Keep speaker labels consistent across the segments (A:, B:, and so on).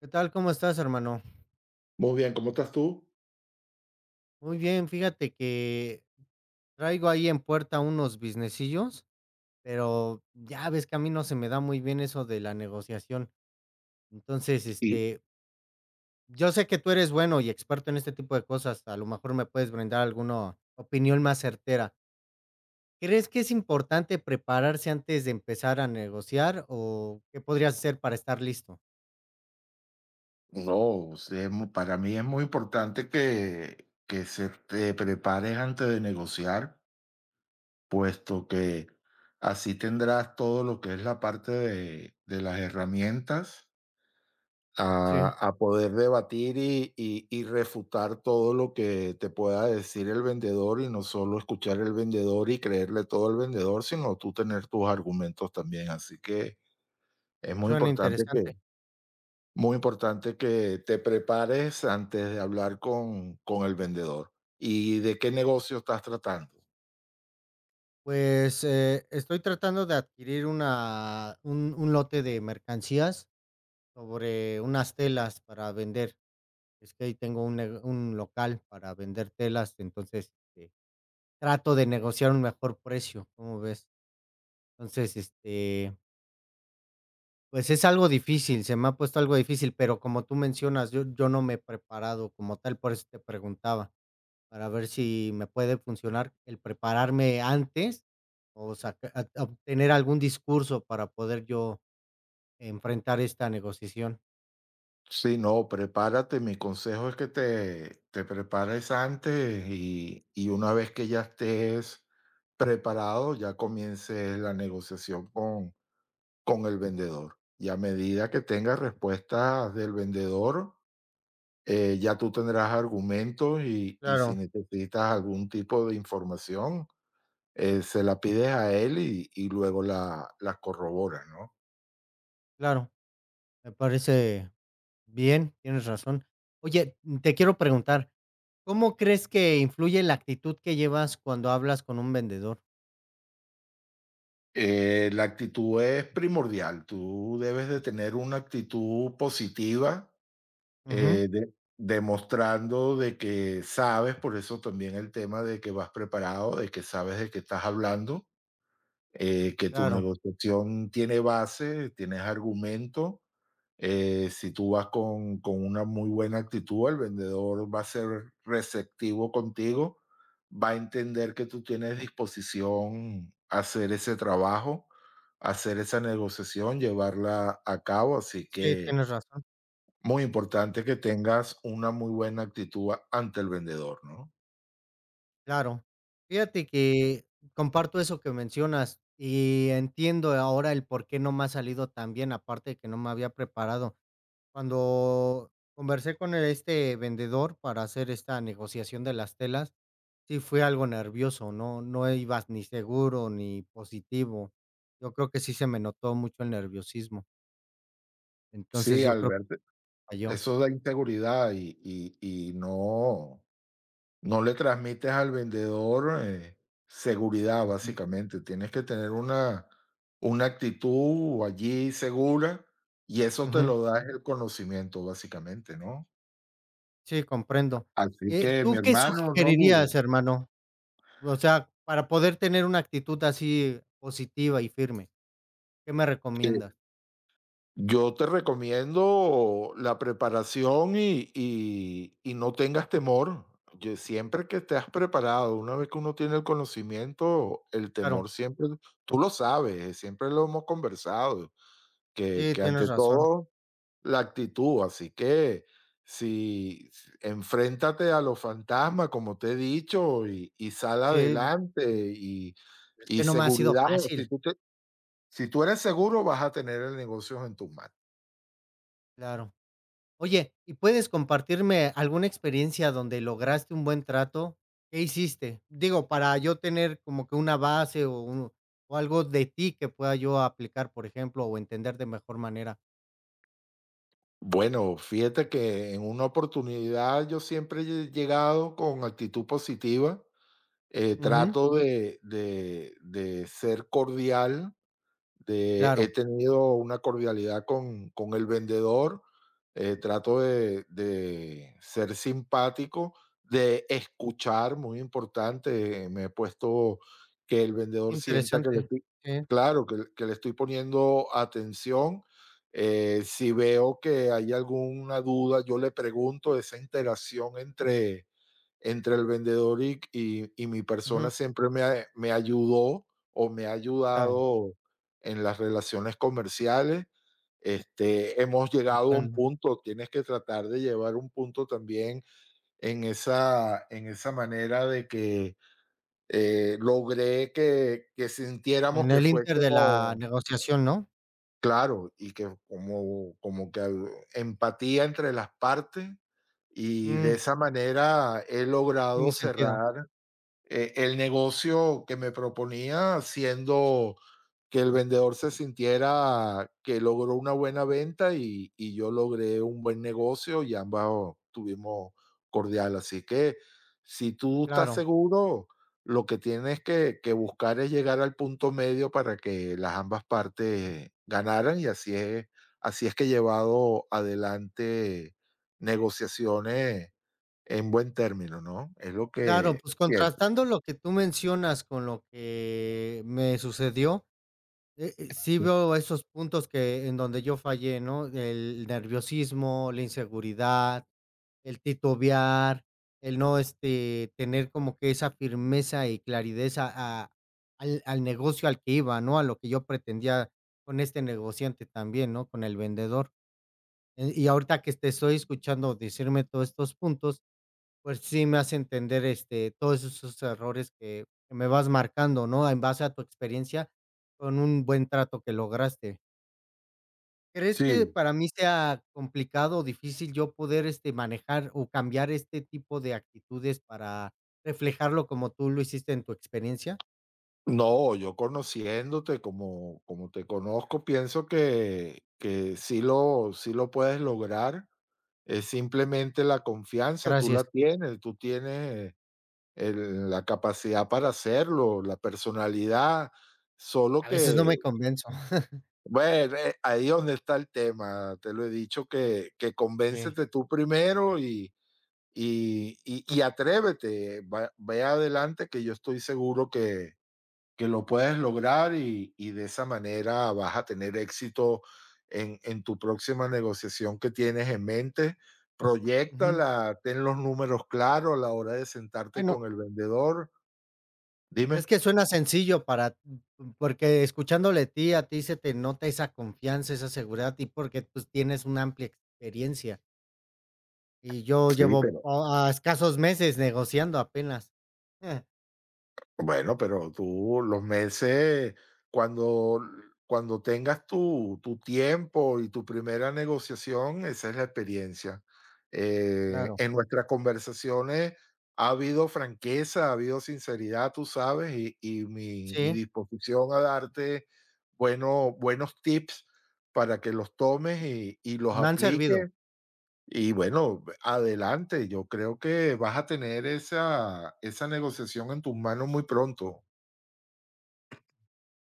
A: ¿Qué tal? ¿Cómo estás, hermano?
B: Muy bien, ¿cómo estás tú?
A: Muy bien, fíjate que traigo ahí en puerta unos businessillos, pero ya ves que a mí no se me da muy bien eso de la negociación. Entonces,
B: Y
A: yo sé que tú eres bueno y experto en este tipo de cosas. A lo mejor me puedes brindar alguna opinión más certera. ¿Crees que es importante prepararse antes de empezar a negociar o qué podrías hacer para estar listo?
B: no, sí, mu para mí es muy importante que se te prepares antes de negociar, puesto que así tendrás todo lo que es la parte de las herramientas
A: Sí,
B: a poder debatir y refutar todo lo que te pueda decir el vendedor, y no solo escuchar el vendedor y creerle todo al vendedor, sino tú tener tus argumentos también. Así que es muy
A: suena
B: importante que
A: interesante.
B: muy importante que te prepares antes de hablar con el vendedor. ¿Y de qué negocio estás tratando?
A: Pues, estoy tratando de adquirir una un lote de mercancías sobre unas telas para vender. Es que ahí tengo un local para vender telas, entonces, trato de negociar un mejor precio, ¿cómo ves? Entonces, pues, es algo difícil, se me ha puesto algo difícil, pero como tú mencionas, yo no me he preparado como tal, por eso te preguntaba. Para ver si me puede funcionar el prepararme antes, o saca a obtener algún discurso para poder yo enfrentar esta negociación.
B: Sí, no, prepárate. Mi consejo es que te prepares antes y una vez que ya estés preparado, ya comiences la negociación con el vendedor. Y a medida que tengas respuestas del vendedor, ya tú tendrás argumentos y
A: Claro.
B: si necesitas algún tipo de información, se la pides a él y luego la, la corrobora, ¿no?
A: Claro, me parece bien, tienes razón. Oye, te quiero preguntar, ¿cómo crees que influye la actitud que llevas cuando hablas con un vendedor?
B: La actitud es primordial, tú debes de tener una actitud positiva,
A: Ujú,
B: eh, de- demostrando de que sabes, por eso también el tema de que vas preparado, de que sabes de qué estás hablando, que tu
A: claro.
B: negociación tiene base, tienes argumento. Si tú vas con una muy buena actitud, el vendedor va a ser receptivo contigo, va a entender que tú tienes disposición a hacer ese trabajo, a hacer esa negociación, llevarla a cabo. Así
A: Sí,
B: que
A: tienes razón.
B: muy importante que tengas una muy buena actitud ante el vendedor, ¿no?
A: Claro. Fíjate que comparto eso que mencionas y entiendo ahora el por qué no me ha salido tan bien, aparte de que no me había preparado. Cuando conversé con este vendedor para hacer esta negociación de las telas, sí fue algo nervioso, no, no ibas ni seguro ni positivo. Yo creo que sí se me notó mucho el nerviosismo. Entonces
B: Sí,
A: yo creo que
B: Alberto,
A: falló.
B: eso da inseguridad y no, no le transmites al vendedor, seguridad,
A: Ujú,
B: básicamente. Tienes que tener una actitud allí segura, y eso te
A: ujú.
B: lo da el conocimiento, básicamente, ¿no?
A: Sí, comprendo.
B: Así que,
A: ¿Tú
B: mi
A: qué
B: hermano, no dudes,
A: sugerirías, hermano? O sea, para poder tener una actitud así positiva y firme, ¿qué me recomiendas?
B: que yo te recomiendo la preparación y no tengas temor. Yo siempre que te has preparado, una vez que uno tiene el conocimiento, el
A: Claro,
B: temor siempre tú lo sabes, siempre lo hemos conversado. Que
A: sí,
B: que
A: tienes
B: ante
A: razón.
B: todo la actitud, así que si si enfréntate a los fantasmas, como te he dicho, y sal
A: Sí,
B: adelante,
A: es
B: y
A: que no me ha sido
B: seguridad,
A: fácil,
B: si tú te si tú eres seguro, vas a tener el negocio en tus manos.
A: claro. Oye, ¿y puedes compartirme alguna experiencia donde lograste un buen trato? ¿Qué hiciste? Digo, para yo tener como que una base o algo de ti que pueda yo aplicar, por ejemplo, o entender de mejor manera.
B: Bueno, fíjate que en una oportunidad yo siempre he llegado con actitud positiva,
A: Ujú,
B: trato de ser cordial, he
A: claro,
B: tenido una cordialidad con el vendedor, trato de ser simpático, de escuchar, muy importante, me he puesto que el vendedor sienta que le
A: interesante.
B: estoy,
A: Sí,
B: claro, que le estoy poniendo atención. Si veo que hay alguna duda, yo le pregunto esa interacción entre el vendedor y mi
A: ujú,
B: persona siempre me ayudó o me ha
A: claro,
B: ayudado en las relaciones comerciales. Este, hemos llegado a un
A: comprendo.
B: punto, tienes que tratar de llevar un punto también en esa manera de que, logré que sintiéramos
A: En
B: que
A: el inter de la
B: fuésemos
A: negociación, ¿no?
B: claro, y que como como que al empatía entre las partes, y de
A: Mm,
B: esa manera he
A: tiene
B: logrado
A: sentido.
B: cerrar, el negocio que me proponía, siendo que el vendedor se sintiera que logró una buena venta y yo logré un buen negocio y ambos tuvimos cordial. Así que si tú estás
A: Claro,
B: seguro, lo que tienes que buscar es llegar al punto medio para que las ambas partes ganaran y así es que he llevado adelante negociaciones en buen término, ¿no? Es lo
A: claro,
B: que
A: pues
B: pienso.
A: contrastando lo que tú mencionas con lo que me sucedió, sí veo esos puntos que en donde yo fallé, ¿no? El nerviosismo, la inseguridad, el titubear, el no, tener como que esa firmeza y claridad a al al negocio al que iba, ¿no? A lo que yo pretendía con este negociante también, ¿no? Con el vendedor. Y ahorita que te estoy escuchando decirme todos estos puntos, pues sí, me hace entender, todos esos errores que me vas marcando, ¿no? En base a tu experiencia con un buen trato que lograste. ¿Crees que
B: Sí,
A: para mí sea complicado o difícil yo poder, manejar o cambiar este tipo de actitudes para reflejarlo como tú lo hiciste en tu experiencia?
B: no, yo conociéndote como te conozco, pienso que sí lo puedes lograr. Es simplemente la confianza, tú
A: Gracias.
B: la tienes, tú tienes el la capacidad para hacerlo, la personalidad, solo
A: A veces no me
B: que,
A: convenzo.
B: bueno, ahí donde está el tema, te lo he dicho que
A: Sí.
B: convéncete tú primero y atrévete, va ve adelante que yo estoy seguro que lo puedes lograr y de esa manera vas a tener éxito en tu próxima negociación que tienes en mente.
A: Ujú.
B: Proyéctala, ten los números claros a la hora de sentarte
A: Bueno.
B: con el vendedor. Dime.
A: Es que suena sencillo para porque escuchándole a ti se te nota esa confianza, esa seguridad, y porque, pues, tienes una amplia experiencia. Y yo
B: Sí,
A: llevo
B: pero
A: a escasos meses negociando apenas. Eh,
B: bueno, pero tú los meses, cuando cuando tengas tu tiempo y tu primera negociación, esa es la experiencia.
A: Claro,
B: En nuestras conversaciones ha habido franqueza, ha habido sinceridad, tú sabes, y mi
A: sí,
B: disposición a darte bueno buenos tips para que los tomes y los
A: me han servido.
B: apliques y bueno, adelante, yo creo que vas a tener esa, esa negociación en tus manos muy pronto.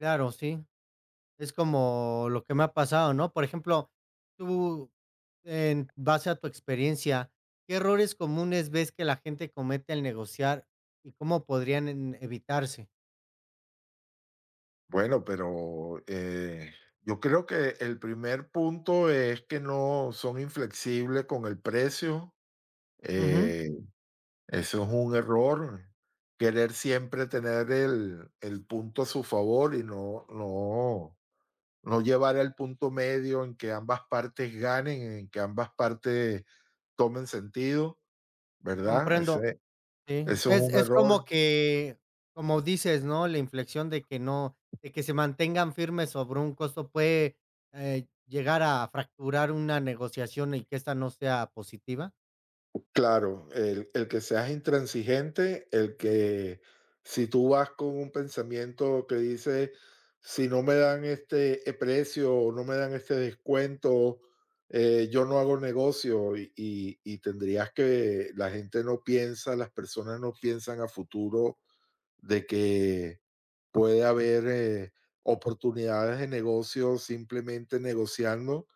A: Claro, sí. Es como lo que me ha pasado, ¿no? Por ejemplo, tú, en base a tu experiencia, ¿qué errores comunes ves que la gente comete al negociar y cómo podrían en evitarse?
B: Bueno, pero yo creo que el primer punto es que no son inflexibles con el precio.
A: Ujú,
B: eh, eso es un error. Querer siempre tener el punto a su favor y no, no, no llevar al punto medio en que ambas partes ganen, en que ambas partes tomen sentido, ¿verdad?
A: comprendo.
B: Ese
A: Sí,
B: eso es
A: es
B: un
A: es
B: error,
A: como que, como dices, ¿no? La inflexión de que no de que se mantengan firmes sobre un costo puede, llegar a fracturar una negociación y que esta no sea positiva.
B: claro, el que seas intransigente, el que si tú vas con un pensamiento que dice: "Si no me dan este, precio o no me dan este descuento, yo no hago negocio", y tendrías que la gente no piensa, las personas no piensan a futuro de que puede haber, oportunidades de negocio simplemente negociando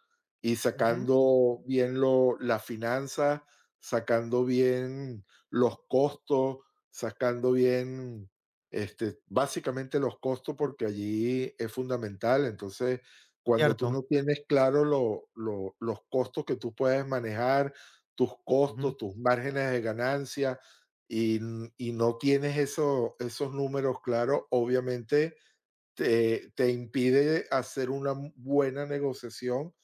B: y
A: Ujú,
B: sacando bien lo las finanzas, sacando bien los costos, sacando bien, este, básicamente los costos, porque allí es fundamental. Entonces, cuando tú
A: cierto.
B: no tienes claro lo los costos que tú puedes manejar, tus
A: Ujú,
B: costos, tus márgenes de ganancia, y, y no tienes eso, esos números claros, obviamente te, te impide hacer una buena negociación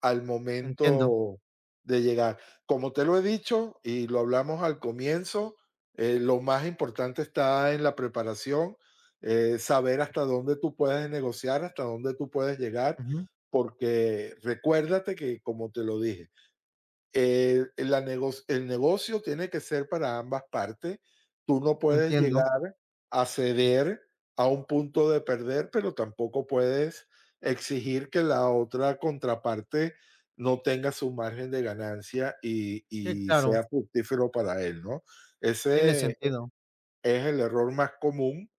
B: al
A: entiendo.
B: momento de llegar. Como te lo he dicho y lo hablamos al comienzo, lo más importante está en la preparación, saber hasta dónde tú puedes negociar, hasta dónde tú puedes llegar,
A: Ujú,
B: porque recuérdate que, como te lo dije, el negocio tiene que ser para ambas partes. Tú no puedes
A: entiendo.
B: llegar a ceder a un punto de perder, pero tampoco puedes exigir que la otra contraparte no tenga su margen de ganancia
A: Sí,
B: y
A: claro,
B: sea fructífero para él, ¿no?
A: tiene
B: Ese
A: sentido.
B: es el error más común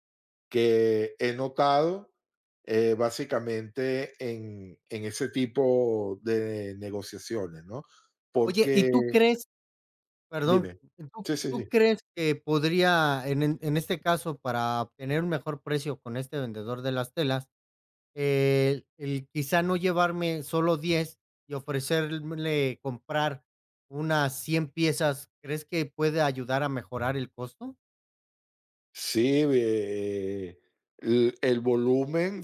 B: que he notado, básicamente en ese tipo de negociaciones, ¿no?
A: Oye, ¿y
B: Porque
A: tú crees? Perdón,
B: dime.
A: ¿tú
B: Sí, sí,
A: tú
B: sí.
A: crees que podría en este caso, para obtener un mejor precio con este vendedor de las telas, el quizá no llevarme solo 10 y ofrecerle comprar unas 100 piezas, ¿crees que puede ayudar a mejorar el costo?
B: Sí, el volumen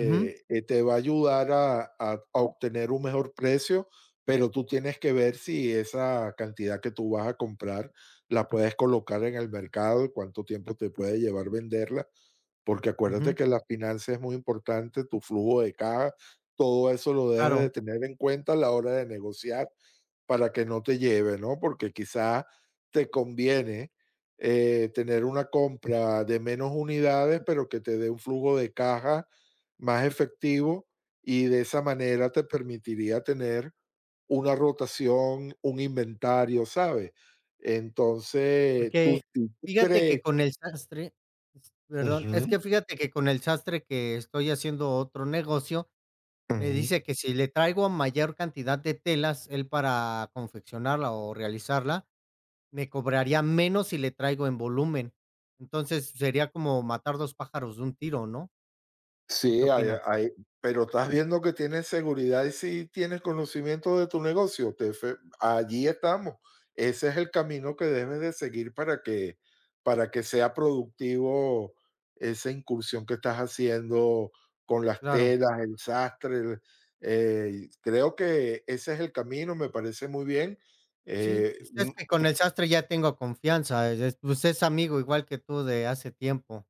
A: Ujú,
B: te va a ayudar a obtener un mejor precio, pero tú tienes que ver si esa cantidad que tú vas a comprar la puedes colocar en el mercado y cuánto tiempo te puede llevar venderla, porque acuérdate
A: ujú.
B: que la finanza es muy importante, tu flujo de caja, todo eso lo debes
A: Claro,
B: de tener en cuenta a la hora de negociar para que no te lleve, ¿no? Porque quizás te conviene, tener una compra de menos unidades, pero que te dé un flujo de caja más efectivo y de esa manera te permitiría tener una rotación, un inventario, ¿sabes? Entonces,
A: porque
B: tú, si tú
A: fíjate que
B: crees
A: con el sastre s perdón,
B: ujú,
A: es que fíjate que con el sastre que estoy haciendo otro negocio, me
B: ujú.
A: dice que si le traigo mayor cantidad de telas, él para confeccionarla o realizarla me cobraría menos si le traigo en volumen. Entonces, sería como matar 2 pájaros de un tiro, ¿no? ¿Tú qué
B: Sí, hay
A: opinas?
B: hay pero estás viendo que tienes seguridad y si tienes conocimiento de tu negocio, te fe allí estamos. Ese es el camino que debes de seguir para que sea productivo esa incursión que estás haciendo con las
A: Claro,
B: telas, el sastre, creo que ese es el camino, me parece muy bien.
A: sí, pues, es
B: Mm,
A: que con el sastre ya tengo confianza, pues, es amigo igual que tú de hace tiempo,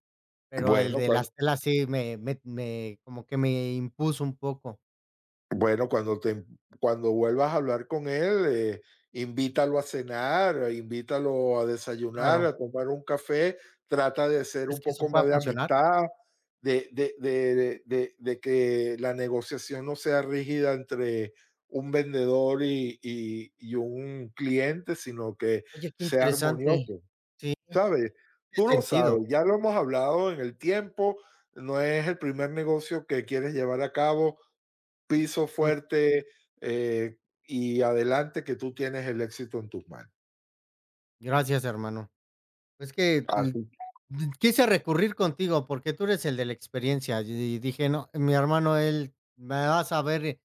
A: pero el
B: bueno,
A: de las telas sí me como que me impuso un poco.
B: bueno, cuando te cuando vuelvas a hablar con él, invítalo a cenar, invítalo a desayunar,
A: Claro,
B: a tomar un café, trata de ser
A: ¿es
B: un
A: que eso
B: poco
A: pueda
B: más de
A: funcionar?
B: amistad, de que la negociación no sea rígida entre un vendedor y un cliente, sino que
A: Oye, qué
B: sea
A: interesante.
B: armonioso,
A: Sí,
B: ¿sabes?
A: tiene
B: Tú lo
A: sentido.
B: sabes, ya lo hemos hablado en el tiempo, no es el primer negocio que quieres llevar a cabo, piso
A: Mm,
B: fuerte, eh, y adelante que tú tienes el éxito en tus manos.
A: gracias, hermano. Es que,
B: Así
A: d quise recurrir contigo porque tú eres el de la experiencia, y dije: "No, mi hermano, él me va a saber,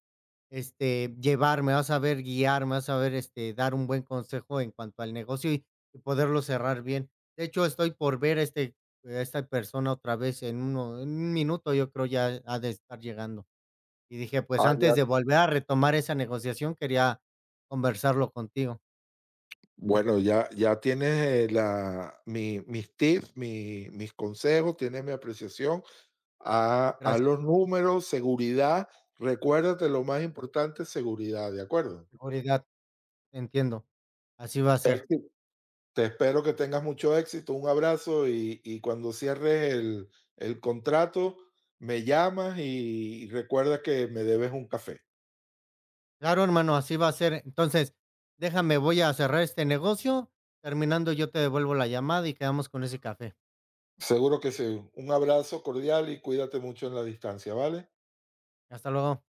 A: llevar, me va a saber guiar, me va a saber, dar un buen consejo en cuanto al negocio y poderlo cerrar bien". De hecho, estoy por ver a esta persona otra vez en un minuto, yo creo ya ha de estar llegando. Y dije, pues,
B: ah, ya,
A: antes de volver a retomar esa negociación, quería conversarlo contigo.
B: bueno, ya, ya tienes mis tips, mis consejos, tienes mi apreciación a
A: Gracias,
B: los números, seguridad. Recuérdate lo más importante, seguridad, ¿de acuerdo?
A: seguridad, entiendo, así va a ser.
B: Éxito. Te espero que tengas mucho éxito, un abrazo y cuando cierres el contrato, me llamas y recuerda que me debes un café.
A: Claro, hermano, así va a ser. Entonces, déjame, voy a cerrar este negocio. Terminando, yo te devuelvo la llamada y quedamos con ese café.
B: Seguro que sí. Un abrazo cordial y cuídate mucho en la distancia, ¿vale?
A: Hasta luego.